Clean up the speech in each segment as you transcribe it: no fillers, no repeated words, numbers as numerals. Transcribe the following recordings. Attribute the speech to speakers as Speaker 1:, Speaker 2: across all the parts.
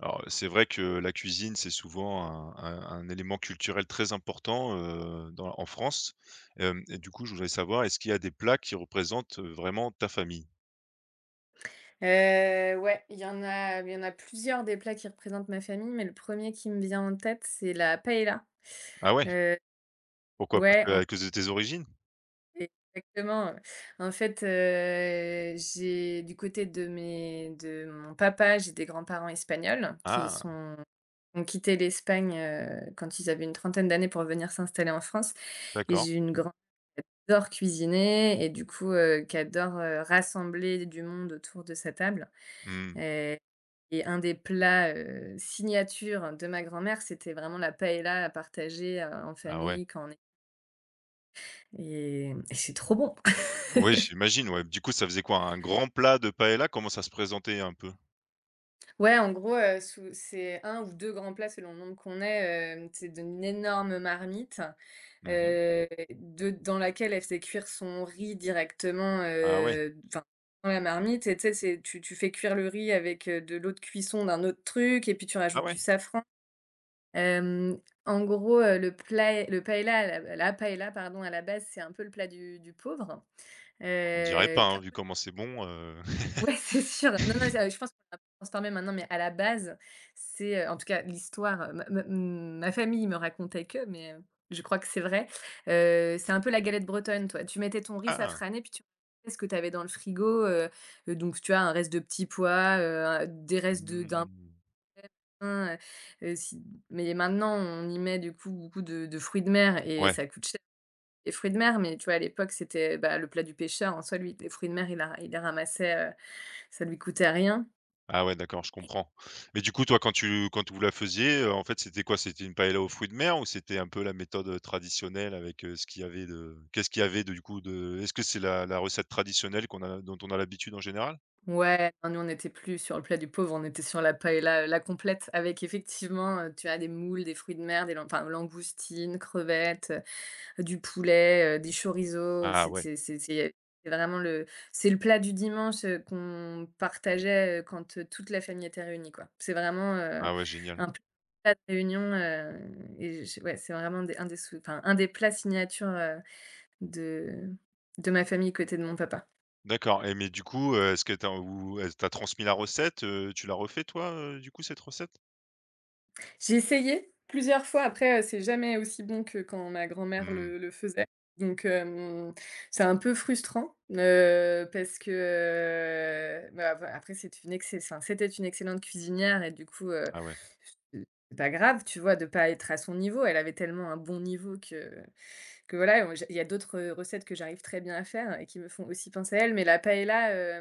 Speaker 1: Alors, c'est vrai que la cuisine, c'est souvent un élément culturel très important, dans en France. Et du coup, je voudrais savoir, est-ce qu'il y a des plats qui représentent, vraiment ta famille?
Speaker 2: Ouais, il y en a plusieurs des plats qui représentent ma famille, mais le premier qui me vient en tête, c'est la paella.
Speaker 1: Ah ouais?
Speaker 2: Heu,
Speaker 1: Pourquoi? Parce
Speaker 2: ouais,
Speaker 1: que
Speaker 2: en
Speaker 1: à cause de tes origines?
Speaker 2: exactement, en fait, j'ai du côté de mes de mon papa, j'ai des grands-parents espagnols qui
Speaker 1: Ah,
Speaker 2: sont ont quitté l'Espagne, quand ils avaient une trentaine d'années pour venir s'installer en France. Et
Speaker 1: d'accord.
Speaker 2: j'ai une grand adore cuisiner et du coup, qui adore, rassembler du monde autour de sa table.
Speaker 1: Mmh.
Speaker 2: Heu et un des plats, signature de ma grand-mère, c'était vraiment la paella à partager, en
Speaker 1: Ah ouais.
Speaker 2: famille quand on est et c'est trop bon.
Speaker 1: Oui, j'imagine, ouais. Du coup, ça faisait quoi? Un grand plat de paella. Comment ça se présentait un peu?
Speaker 2: Ouais, en gros, sous c'est un ou 2 grands plats selon le nombre qu'on est, c'est d'une énorme marmite,
Speaker 1: Mmh.
Speaker 2: de dans laquelle elle fait cuire son riz directement,
Speaker 1: Ah ouais?
Speaker 2: enfin, dans la marmite. Et tu sais, c'est tu fais cuire le riz avec, de l'eau de cuisson d'un autre truc et puis tu
Speaker 1: Ah
Speaker 2: rajoutes du
Speaker 1: ouais?
Speaker 2: safran. Hem, En gros, le paella à la la paella pardon, à la base, c'est un peu le plat du pauvre.
Speaker 1: On dirait pas,
Speaker 2: Un
Speaker 1: hein, vu
Speaker 2: peu
Speaker 1: comment c'est bon.
Speaker 2: Ouais, c'est sûr. Non, non, ça je pense qu'on l'a transformé maintenant, mais à la base, c'est, en tout cas l'histoire, ma famille me racontait que, mais je crois que c'est vrai. C'est un peu la galette bretonne, toi. Tu mettais ton riz
Speaker 1: Ah!
Speaker 2: safrané, puis tu mettais ce que tu avais dans le frigo, donc tu as un reste de petits pois, des restes de d'un
Speaker 1: Mmh.
Speaker 2: hein, si mais maintenant, on y met du coup beaucoup de fruits de mer et
Speaker 1: Ouais.
Speaker 2: ça coûte cher, les fruits de mer, mais tu vois, à l'époque, c'était, bah, le plat du pêcheur en soi, lui, les fruits de mer, il les ramassait, ça lui coûtait rien.
Speaker 1: Ah ouais, d'accord, je comprends. Mais du coup, toi, quand tu quand vous la faisiez, en fait, c'était quoi? C'était une paella aux fruits de mer ou c'était un peu la méthode, traditionnelle avec, ce qu'il y avait de qu'est-ce qu'il y avait de du coup de est-ce que c'est la recette traditionnelle qu'on a dont on a l'habitude en général?
Speaker 2: Ouais, non, nous, on n'était plus sur le plat du pauvre, on était sur la paella, la complète avec effectivement, tu as des moules, des fruits de mer, des lang enfin, langoustines, crevettes, du poulet, des chorizos,
Speaker 1: Ah ouais,
Speaker 2: c'est vraiment le c'est le plat du dimanche, qu'on partageait, quand, toute la famille était réunie, quoi. C'est vraiment,
Speaker 1: ah ouais, génial.
Speaker 2: un pl- plat de réunion, et je ouais, c'est vraiment des un des sou enfin, un des plats signature, de de ma famille côté de mon papa.
Speaker 1: D'accord et mais du coup, est-ce que tu as ou elle t'a transmis la recette, tu l'as refait toi, du coup, cette recette?
Speaker 2: J'ai essayé plusieurs fois, après, c'est jamais aussi bon que quand ma grand-mère
Speaker 1: Mmh.
Speaker 2: le faisait, donc c'est un peu frustrant, parce que, bah, av après c'est une excel enfin, c'était une excellente cuisinière et du coup,
Speaker 1: Ah ouais,
Speaker 2: c'est pas grave, tu vois, de pas être à son niveau. Elle avait tellement un bon niveau que voilà, on j'ai il y a d'autres, recettes que j'arrive très bien à faire et qui me font aussi penser à elle, mais la paella.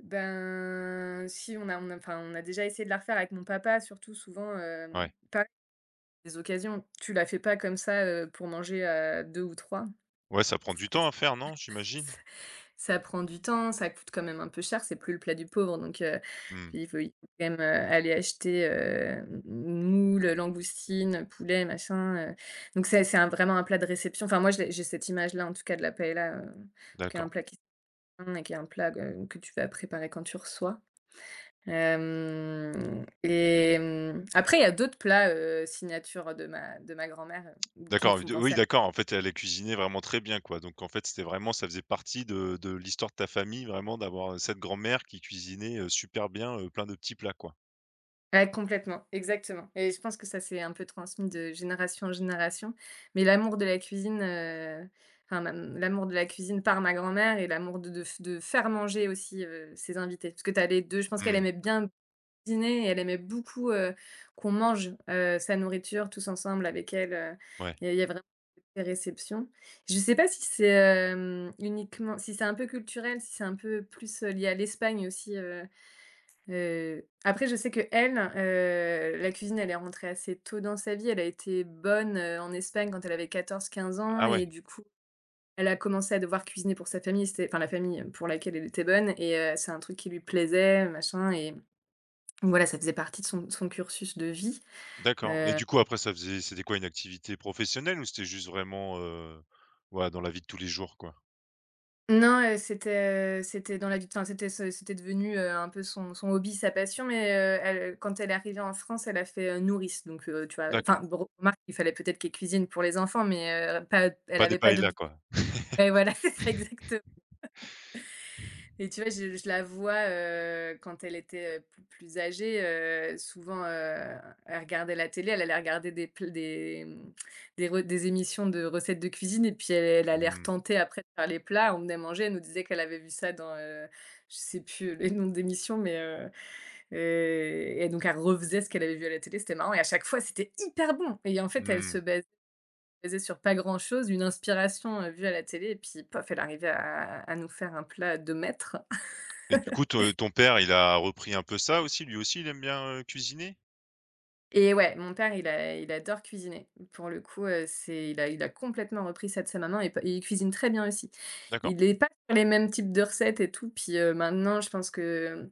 Speaker 2: Ben, si on a on a enfin, on a déjà essayé de la refaire avec mon papa, surtout souvent,
Speaker 1: ouais.
Speaker 2: pareil, des occasions. Tu la fais pas comme ça, pour manger à 2 ou 3
Speaker 1: Ouais, ça prend du temps
Speaker 2: parce
Speaker 1: à
Speaker 2: que
Speaker 1: faire, non, j'imagine?
Speaker 2: ça prend du temps, ça coûte quand même un peu cher, c'est plus le plat du pauvre donc
Speaker 1: Mmh,
Speaker 2: puis il faut quand même, aller acheter, moules, langoustines, poulet, machin, donc c'est un vraiment un plat de réception. Enfin moi je l'ai j'ai cette image-là en tout cas de la paella, qui est un
Speaker 1: d'accord.
Speaker 2: plat qui se tient et qui est un plat, que tu vas préparer quand tu reçois. Hem Et après, il y a d'autres plats, signature de ma grand-mère, qui me
Speaker 1: D'accord, oui,
Speaker 2: font
Speaker 1: d oui,
Speaker 2: penser à…
Speaker 1: d'accord, en fait, elle les cuisinait vraiment très bien, quoi. Donc en fait, c'était vraiment ça faisait partie de l'histoire de ta famille, vraiment d'avoir, cette grand-mère qui cuisinait, super bien, plein de petits plats, quoi.
Speaker 2: Ouais, complètement, exactement et je pense que ça s'est un peu transmis de génération en génération, mais l'amour de la cuisine, enfin, même l'amour de la cuisine par ma grand-mère et l'amour de faire manger aussi, ses invités. Parce que tu as les 2. Je pense qu'elle
Speaker 1: Mmh,
Speaker 2: aimait bien cuisiner et elle aimait beaucoup, qu'on mange, sa nourriture tous ensemble avec elle,
Speaker 1: ouais.
Speaker 2: il y a vraiment des réceptions. Je sais pas si c'est, uniquement si c'est un peu culturel, si c'est un peu plus, lié à l'Espagne aussi. Après je sais qu'elle, la cuisine, elle est rentrée assez tôt dans sa vie. Elle a été bonne, en Espagne quand elle avait 14, 15 ans
Speaker 1: Ah
Speaker 2: et
Speaker 1: ouais,
Speaker 2: du coup, elle a commencé à devoir cuisiner pour sa famille. C'était enfin la famille pour laquelle elle était bonne et c'est un truc qui lui plaisait, machin et voilà, ça faisait partie de son cursus de vie,
Speaker 1: d'accord et
Speaker 2: heu
Speaker 1: du coup, après, ça faisait c'était quoi, une activité professionnelle ou c'était juste vraiment, voilà, dans la vie de tous les jours, quoi?
Speaker 2: non, c'était dans la vie. Enfin, c'était devenu, un peu son hobby, sa passion, mais, elle quand elle est arrivée en France, elle a fait, nourrice, donc, tu vois? Enfin,
Speaker 1: D'accord,
Speaker 2: bon, remarque, il fallait peut-être qu'elle cuisine pour les enfants, mais, pas elle
Speaker 1: pas des
Speaker 2: avait pas
Speaker 1: paellas,
Speaker 2: d'obli
Speaker 1: quoi?
Speaker 2: ouais, voilà, c'est ça, exactement. Et tu vois, je la vois, quand elle était, plus âgée, souvent, elle regardait la télé, elle allait regarder des, des re des émissions de recettes de cuisine et puis elle allait
Speaker 1: Mmh.
Speaker 2: retenter après de faire les plats. On venait manger, elle nous disait qu'elle avait vu ça dans, je sais plus le nom d'émission, mais, et donc elle refaisait ce qu'elle avait vu à la télé, c'était marrant et à chaque fois, c'était hyper bon et en fait, elle se
Speaker 1: Mmh.
Speaker 2: basait sur pas grand chose, une inspiration, vue à la télé et puis pof, elle arrivait à nous faire un plat de maître.
Speaker 1: Et du coup, te ton père, il a repris un peu ça aussi? Lui aussi, il aime bien, cuisiner?
Speaker 2: Et ouais, mon père, il adore cuisiner. Pour le coup, c'est il a complètement repris ça de sa maman et il cuisine très bien aussi.
Speaker 1: D'accord.
Speaker 2: Il n'est pas sur les mêmes types de recettes et tout, puis, maintenant, je pense que,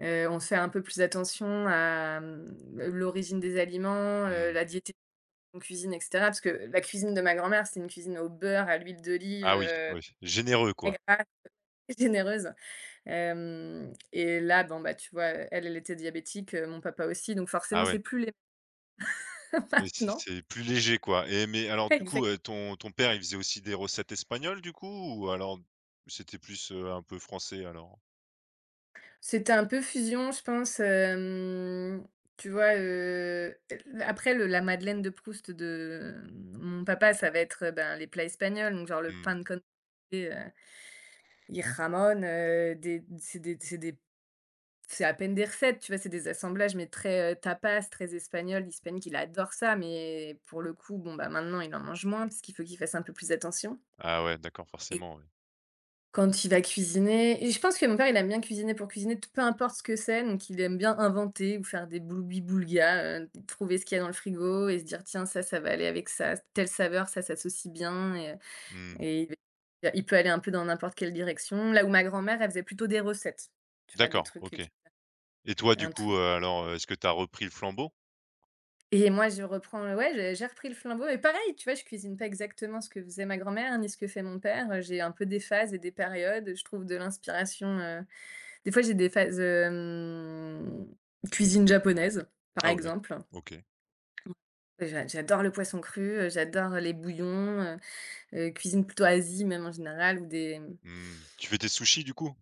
Speaker 2: on fait un peu plus attention à, l'origine des aliments,
Speaker 1: Mmh.
Speaker 2: la diététique qu'on cuisine, et cetera. Parce que la cuisine de ma grand-mère, c'est une cuisine au beurre, à l'huile d'olive,
Speaker 1: Ah oui, oui, généreux,
Speaker 2: très
Speaker 1: quoi.
Speaker 2: grasse, très généreuse. Hem Et là, bon, bah, tu vois, elle, elle était diabétique, mon papa aussi, donc forcément,
Speaker 1: Ah
Speaker 2: c'est
Speaker 1: ouais.
Speaker 2: plus les
Speaker 1: Oui, c'est
Speaker 2: maintenant.
Speaker 1: plus léger, quoi et mais alors du coup,
Speaker 2: Exact.
Speaker 1: ton père, il faisait aussi des recettes espagnoles, du coup? Ou alors, c'était plus, un peu français, alors?
Speaker 2: C'était un peu fusion, je pense, tu vois, après le la madeleine de Proust de, mon papa, ça va être, ben, les plats espagnols, donc genre le
Speaker 1: Mmh.
Speaker 2: pan con, heu, il ramone, des c'est des c'est des c'est à peine des recettes, tu vois? C'est des assemblages, mais très, tapas, très espagnol, hispanique. Il adore ça, mais pour le coup, bon, bah, maintenant, il en mange moins parce qu'il faut qu'il fasse un peu plus attention
Speaker 1: Ah ouais, d'accord, forcément, ouais.
Speaker 2: quand il va cuisiner. Et je pense que mon père, il aime bien cuisiner pour cuisiner, peu importe ce que c'est, donc il aime bien inventer ou faire des boulibouligas, trouver ce qu'il y a dans le frigo et se dire: «Tiens, ça va aller avec ça, telle saveur, ça s'associe bien» et
Speaker 1: Mmh.
Speaker 2: et il peut aller un peu dans n'importe quelle direction. Là où ma grand-mère, elle faisait plutôt des recettes, tu vois? Des
Speaker 1: D'accord,
Speaker 2: trucs
Speaker 1: OK.
Speaker 2: qui
Speaker 1: Et toi, du
Speaker 2: un
Speaker 1: coup,
Speaker 2: truc
Speaker 1: alors, est-ce que tu as repris le flambeau?
Speaker 2: et moi, je reprends le ouais, j'ai repris le flambeau et pareil, tu vois? Je cuisine pas exactement ce que faisait ma grand-mère, ni ce que fait mon père, j'ai un peu des phases et des périodes, je trouve de l'inspiration, des fois, j'ai des phases, cuisine japonaise, par
Speaker 1: Ah ouais,
Speaker 2: exemple.
Speaker 1: OK.
Speaker 2: J'adore le poisson cru, j'adore les bouillons, cuisine plutôt Asie même en général, ou des…
Speaker 1: Mmh. Tu fais tes sushis, du coup?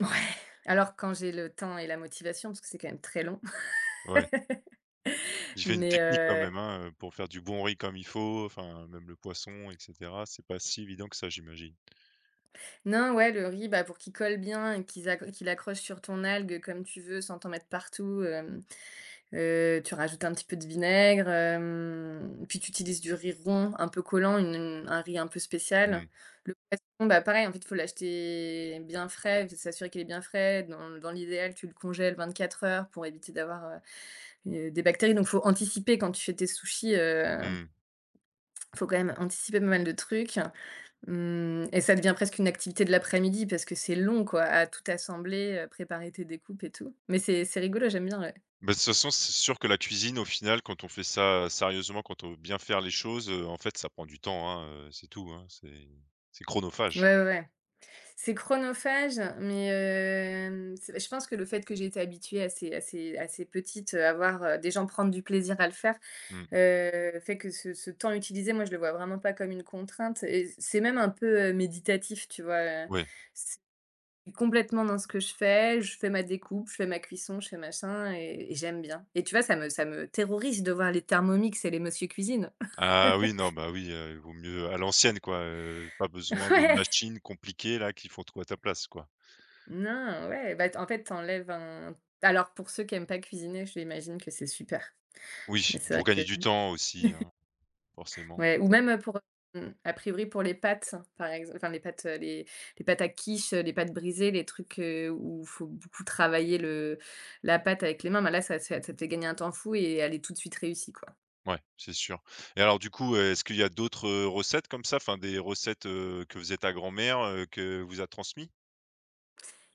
Speaker 2: ouais, alors quand j'ai le temps et la motivation parce que c'est quand même très long.
Speaker 1: Ouais. J'ai fait une
Speaker 2: Mais
Speaker 1: technique quand même, hein, pour faire du bon riz comme il faut, enfin, même le poisson et cetera, c'est pas si évident que ça, j'imagine.
Speaker 2: non, ouais, le riz, bah, pour qu'il colle bien et qu'il accroche sur ton algue comme tu veux sans t'en mettre partout, hem tu rajoutes un petit peu de vinaigre, puis tu utilises du riz rond un peu collant, une un riz un peu spécial.
Speaker 1: Mmh.
Speaker 2: Le poisson, bah, pareil, en fait, il faut l'acheter bien frais, s'assurer qu'il est bien frais. Dans l'idéal, tu le congèles 24 heures pour éviter d'avoir, des bactéries. Donc faut anticiper quand tu fais tes sushis,
Speaker 1: Mmh.
Speaker 2: faut quand même anticiper pas mal de trucs. Mmh et ça devient presque une activité de l'après-midi parce que c'est long, quoi, à tout assembler, préparer tes découpes et tout. Mais c'est rigolo, j'aime bien, ouais.
Speaker 1: Bah, de toute façon, c'est sûr que la cuisine, au final, quand on fait ça sérieusement, quand on veut bien faire les choses, en fait, ça prend du temps, hein, c'est tout, hein, c'est
Speaker 2: Ouais,
Speaker 1: chronophage.
Speaker 2: ouais, ouais. C'est chronophage, mais c'est je pense que le fait que j'ai été habituée à ces petites, à voir, des gens prendre du plaisir à le faire,
Speaker 1: Mmh.
Speaker 2: fait que ce temps utilisé, moi, je le vois vraiment pas comme une contrainte et c'est même un peu, méditatif, tu vois? Heu,
Speaker 1: Ouais.
Speaker 2: c'est complètement dans ce que je fais ma découpe, je fais ma cuisson, je fais machin et j'aime bien et tu vois, ça me terrorise de voir les Thermomix et les Monsieur Cuisine.
Speaker 1: Ah oui, non, bah oui, il vaut mieux à l'ancienne quoi, pas besoin de
Speaker 2: Ouais.
Speaker 1: machines compliquées là qui font tout à ta place quoi.
Speaker 2: Non, ouais, bah, t en fait, t'enlèves un alors pour ceux qui aiment pas cuisiner, je l'imagine que c'est super. Mais
Speaker 1: Oui,
Speaker 2: c'est
Speaker 1: pour
Speaker 2: vrai
Speaker 1: gagner
Speaker 2: que
Speaker 1: du temps aussi, hein, forcément.
Speaker 2: ouais, ou même, pour, mmh, a priori pour les pâtes, par exemple, enfin les pâtes à quiche, les pâtes brisées, les trucs, où il faut beaucoup travailler le la pâte avec les mains, bah, là ça te fait gagner un temps fou et elle est tout de suite réussie, quoi.
Speaker 1: Ouais, c'est sûr. Et alors du coup, est-ce qu'il y a d'autres, recettes comme ça? Enfin des recettes, que faisait ta grand-mère, que vous a transmis?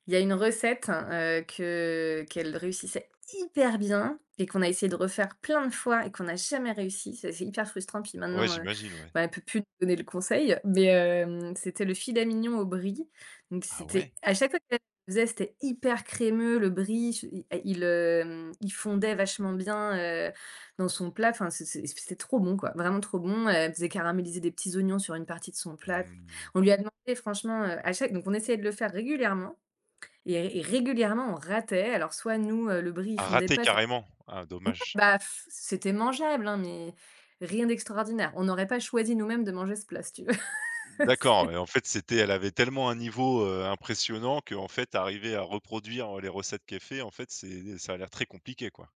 Speaker 2: Il y a une recette, que qu'elle réussissait hyper bien et qu'on a essayé de refaire plein de fois et qu'on n'a jamais réussi. C'est hyper frustrant, puis
Speaker 1: Ouais,
Speaker 2: maintenant,
Speaker 1: j'imagine, ouais.
Speaker 2: bah, elle peut plus nous donner le conseil, mais c'était le filet mignon au brie. Donc
Speaker 1: Ah
Speaker 2: c'était
Speaker 1: ouais?
Speaker 2: à chaque fois qu'elle le faisait, c'était hyper crémeux, le brie, ch i il, hem, il fondait vachement bien, dans son plat. Enfin, c'était trop bon, quoi, vraiment trop bon. Elle faisait caraméliser des petits oignons sur une partie de son plat.
Speaker 1: Mmh.
Speaker 2: On lui a demandé franchement, à chaque donc on essayait de le faire régulièrement et régulièrement, on ratait. Alors soit nous, le brie, il
Speaker 1: Ah
Speaker 2: fondait
Speaker 1: raté
Speaker 2: pas, ça
Speaker 1: carrément? Ah
Speaker 2: ouais,
Speaker 1: dommage.
Speaker 2: bah, pff, c'était mangeable, hein, mais rien d'extraordinaire. On n'aurait pas choisi nous-mêmes de manger ce plat, si tu veux.
Speaker 1: D'accord,
Speaker 2: C'est
Speaker 1: ouais, en fait c'était elle avait tellement un niveau, impressionnant que, en fait arriver à reproduire, les recettes qu'elle fait en fait c'est ça a l'air très compliqué quoi.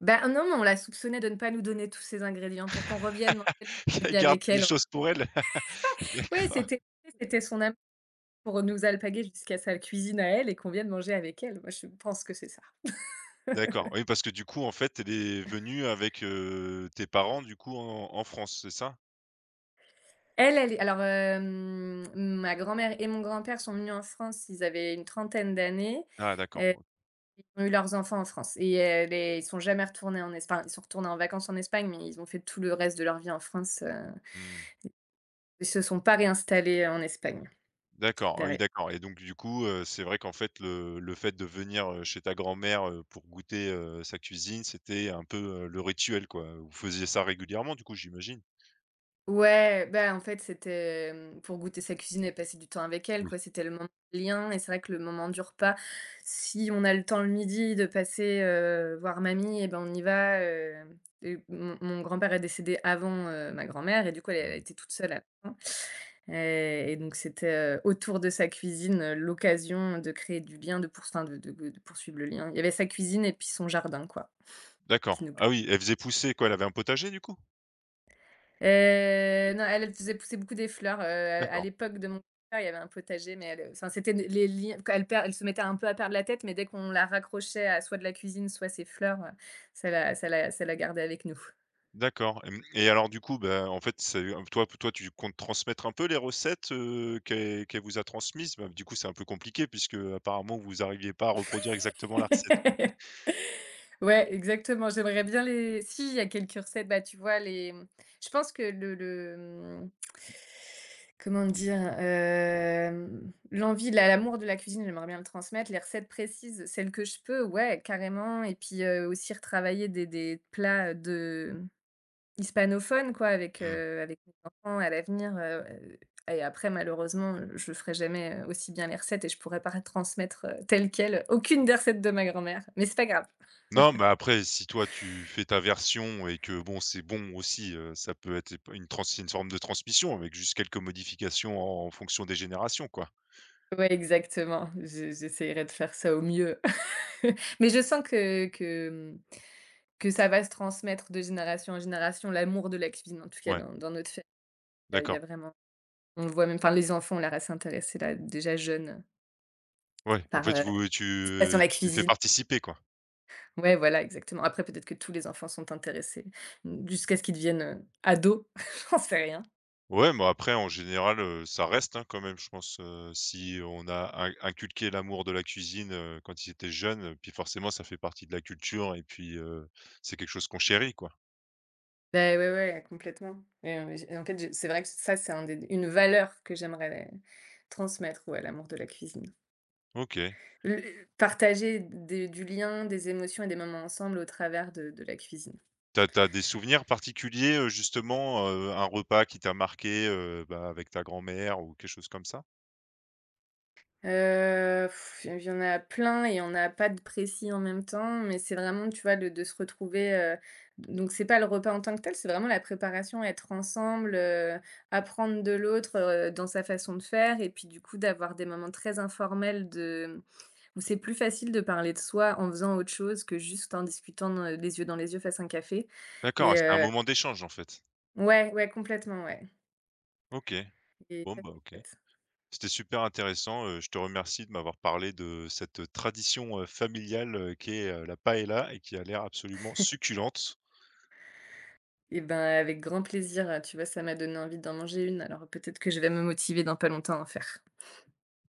Speaker 2: bah, non, mais on la soupçonnait de ne pas nous donner tous ses ingrédients pour qu'on revienne manger le
Speaker 1: Elle
Speaker 2: mercredi
Speaker 1: garde
Speaker 2: avec
Speaker 1: les
Speaker 2: elle.
Speaker 1: choses pour elle?
Speaker 2: Ouais,
Speaker 1: D'accord,
Speaker 2: c'était son amour pour nous alpaguer jusqu'à sa cuisine à elle et qu'on vienne manger avec elle. Moi, je pense que c'est ça.
Speaker 1: d'accord. Oui, parce que du coup, en fait, elle est venue avec, tes parents, du coup, en en France, c'est ça?
Speaker 2: Elle, elle est alors, ma grand-mère et mon grand-père sont venus en France, ils avaient une trentaine d'années.
Speaker 1: Ah d'accord, OK.
Speaker 2: Ont eu leurs enfants en France et les ils sont jamais retournés en Espagne. Ils sont retournés en vacances en Espagne, mais ils ont fait tout le reste de leur vie en France,
Speaker 1: Mmh.
Speaker 2: ils se sont pas réinstallés en Espagne,
Speaker 1: D'accord, ah oui,
Speaker 2: derrière.
Speaker 1: d'accord et donc du coup, c'est vrai qu'en fait, le fait de venir, chez ta grand-mère, pour goûter, sa cuisine, c'était un peu, le rituel, quoi. Vous faisiez ça régulièrement, du coup, j'imagine?
Speaker 2: Ouais, bah, en fait, c'était, pour goûter sa cuisine et passer du temps avec elle,
Speaker 1: Oui.
Speaker 2: quoi. C'était le moment de lien et c'est vrai que le moment du repas, si on a le temps le midi de passer, voir mamie et ben, on y va, hem et mon grand-père est décédé avant, ma grand-mère et du coup, elle, elle
Speaker 1: Mmh.
Speaker 2: était toute seule à la fin Heu et donc c'était, autour de sa cuisine, l'occasion de créer du lien, de pourst enfin de poursuivre le lien. Il y avait sa cuisine et puis son jardin quoi, qui
Speaker 1: D'accord.
Speaker 2: nous per
Speaker 1: Ah oui, elle faisait pousser quoi? Elle avait un potager, du coup?
Speaker 2: non, elle, elle faisait pousser beaucoup des fleurs, à
Speaker 1: D'accord.
Speaker 2: l'époque de mon père, il y avait un potager mais elle, enfin c'était des les liens quand elle perd elle se mettait un peu à perdre la tête mais dès qu'on la raccrochait à soit de la cuisine, soit ses fleurs, ça la gardait avec nous.
Speaker 1: D'accord. Hem et alors du coup, bah, en fait, c'est toi tu comptes transmettre un peu les recettes, qu'elle vous a transmises? Bah, du coup, c'est un peu compliqué puisque apparemment vous arriviez pas à reproduire exactement la recette.
Speaker 2: Ouais, exactement. J'aimerais bien les si, il y a quelques recettes, bah, tu vois les je pense que le, mmh comment dire? L'envie, la l'amour de la cuisine, j'aimerais bien le transmettre. Les recettes précises, celles que je peux, ouais, carrément et puis, aussi retravailler des plats de Hispanophone quoi avec,
Speaker 1: Mmh.
Speaker 2: avec mes enfants à l'avenir, et après malheureusement, je ferai jamais, aussi bien les recettes et je pourrai pas transmettre, telle quelle, aucune des recettes de ma grand-mère, mais c'est pas grave.
Speaker 1: Non, mais après si toi tu fais ta version et que bon, c'est bon aussi, ça peut être ép une trans une forme de transmission avec juste quelques modifications en en fonction des générations, quoi?
Speaker 2: Ouais exactement, je j'essayerai de faire ça au mieux. Mais je sens que ça va se transmettre de génération en génération, l'amour de la cuisine en tout cas
Speaker 1: Ouais,
Speaker 2: dans notre famille, il y a
Speaker 1: d'accord.
Speaker 2: vraiment on le voit même, enfin les enfants on l'air à intéressés là déjà jeunes,
Speaker 1: Ouais, en
Speaker 2: par,
Speaker 1: fait vous
Speaker 2: ce qui se passe dans la
Speaker 1: tu les fais
Speaker 2: cuisine.
Speaker 1: participer, quoi?
Speaker 2: Ouais, voilà, exactement. Après, peut-être que tous les enfants sont intéressés, mmh, jusqu'à ce qu'ils deviennent, ados, j'en sais rien.
Speaker 1: Ouais, mais après en général, ça reste, hein, quand même, je pense, si on a in inculqué l'amour de la cuisine, quand ils étaient jeunes, puis forcément ça fait partie de la culture et puis, c'est quelque chose qu'on chérit, quoi.
Speaker 2: Beh, ouais, ouais, complètement et j en fait, je c'est vrai que ça, c'est un des une valeur que j'aimerais transmettre, ouais, à l'amour de la cuisine.
Speaker 1: OK.
Speaker 2: Le partager des du lien, des émotions et des moments ensemble au travers de la cuisine.
Speaker 1: T'as des souvenirs particuliers, justement, un repas qui t'a marqué, bah, avec ta grand-mère ou quelque chose comme ça?
Speaker 2: Heu, il y en a plein et il y en a pas de précis en même temps, mais c'est vraiment, tu vois, de se retrouver, donc c'est pas le repas en tant que tel, c'est vraiment la préparation, être ensemble, apprendre de l'autre, dans sa façon de faire et puis du coup d'avoir des moments très informels de où c'est plus facile de parler de soi en faisant autre chose que juste en discutant dans les yeux face à un café
Speaker 1: D'accord, ouais,
Speaker 2: et
Speaker 1: c'était un
Speaker 2: heu
Speaker 1: moment d'échange, en fait.
Speaker 2: ouais, ouais, complètement, ouais
Speaker 1: OK.
Speaker 2: et
Speaker 1: Bon,
Speaker 2: ça,
Speaker 1: bah,
Speaker 2: c'est
Speaker 1: OK.
Speaker 2: chouette.
Speaker 1: C'était super intéressant, je te remercie de m'avoir parlé de cette tradition, familiale, qui est la paella et qui a l'air absolument succulente.
Speaker 2: Et ben, avec grand plaisir, tu vois, ça m'a donné envie d'en manger une, alors peut-être que je vais me motiver dans pas longtemps à en faire.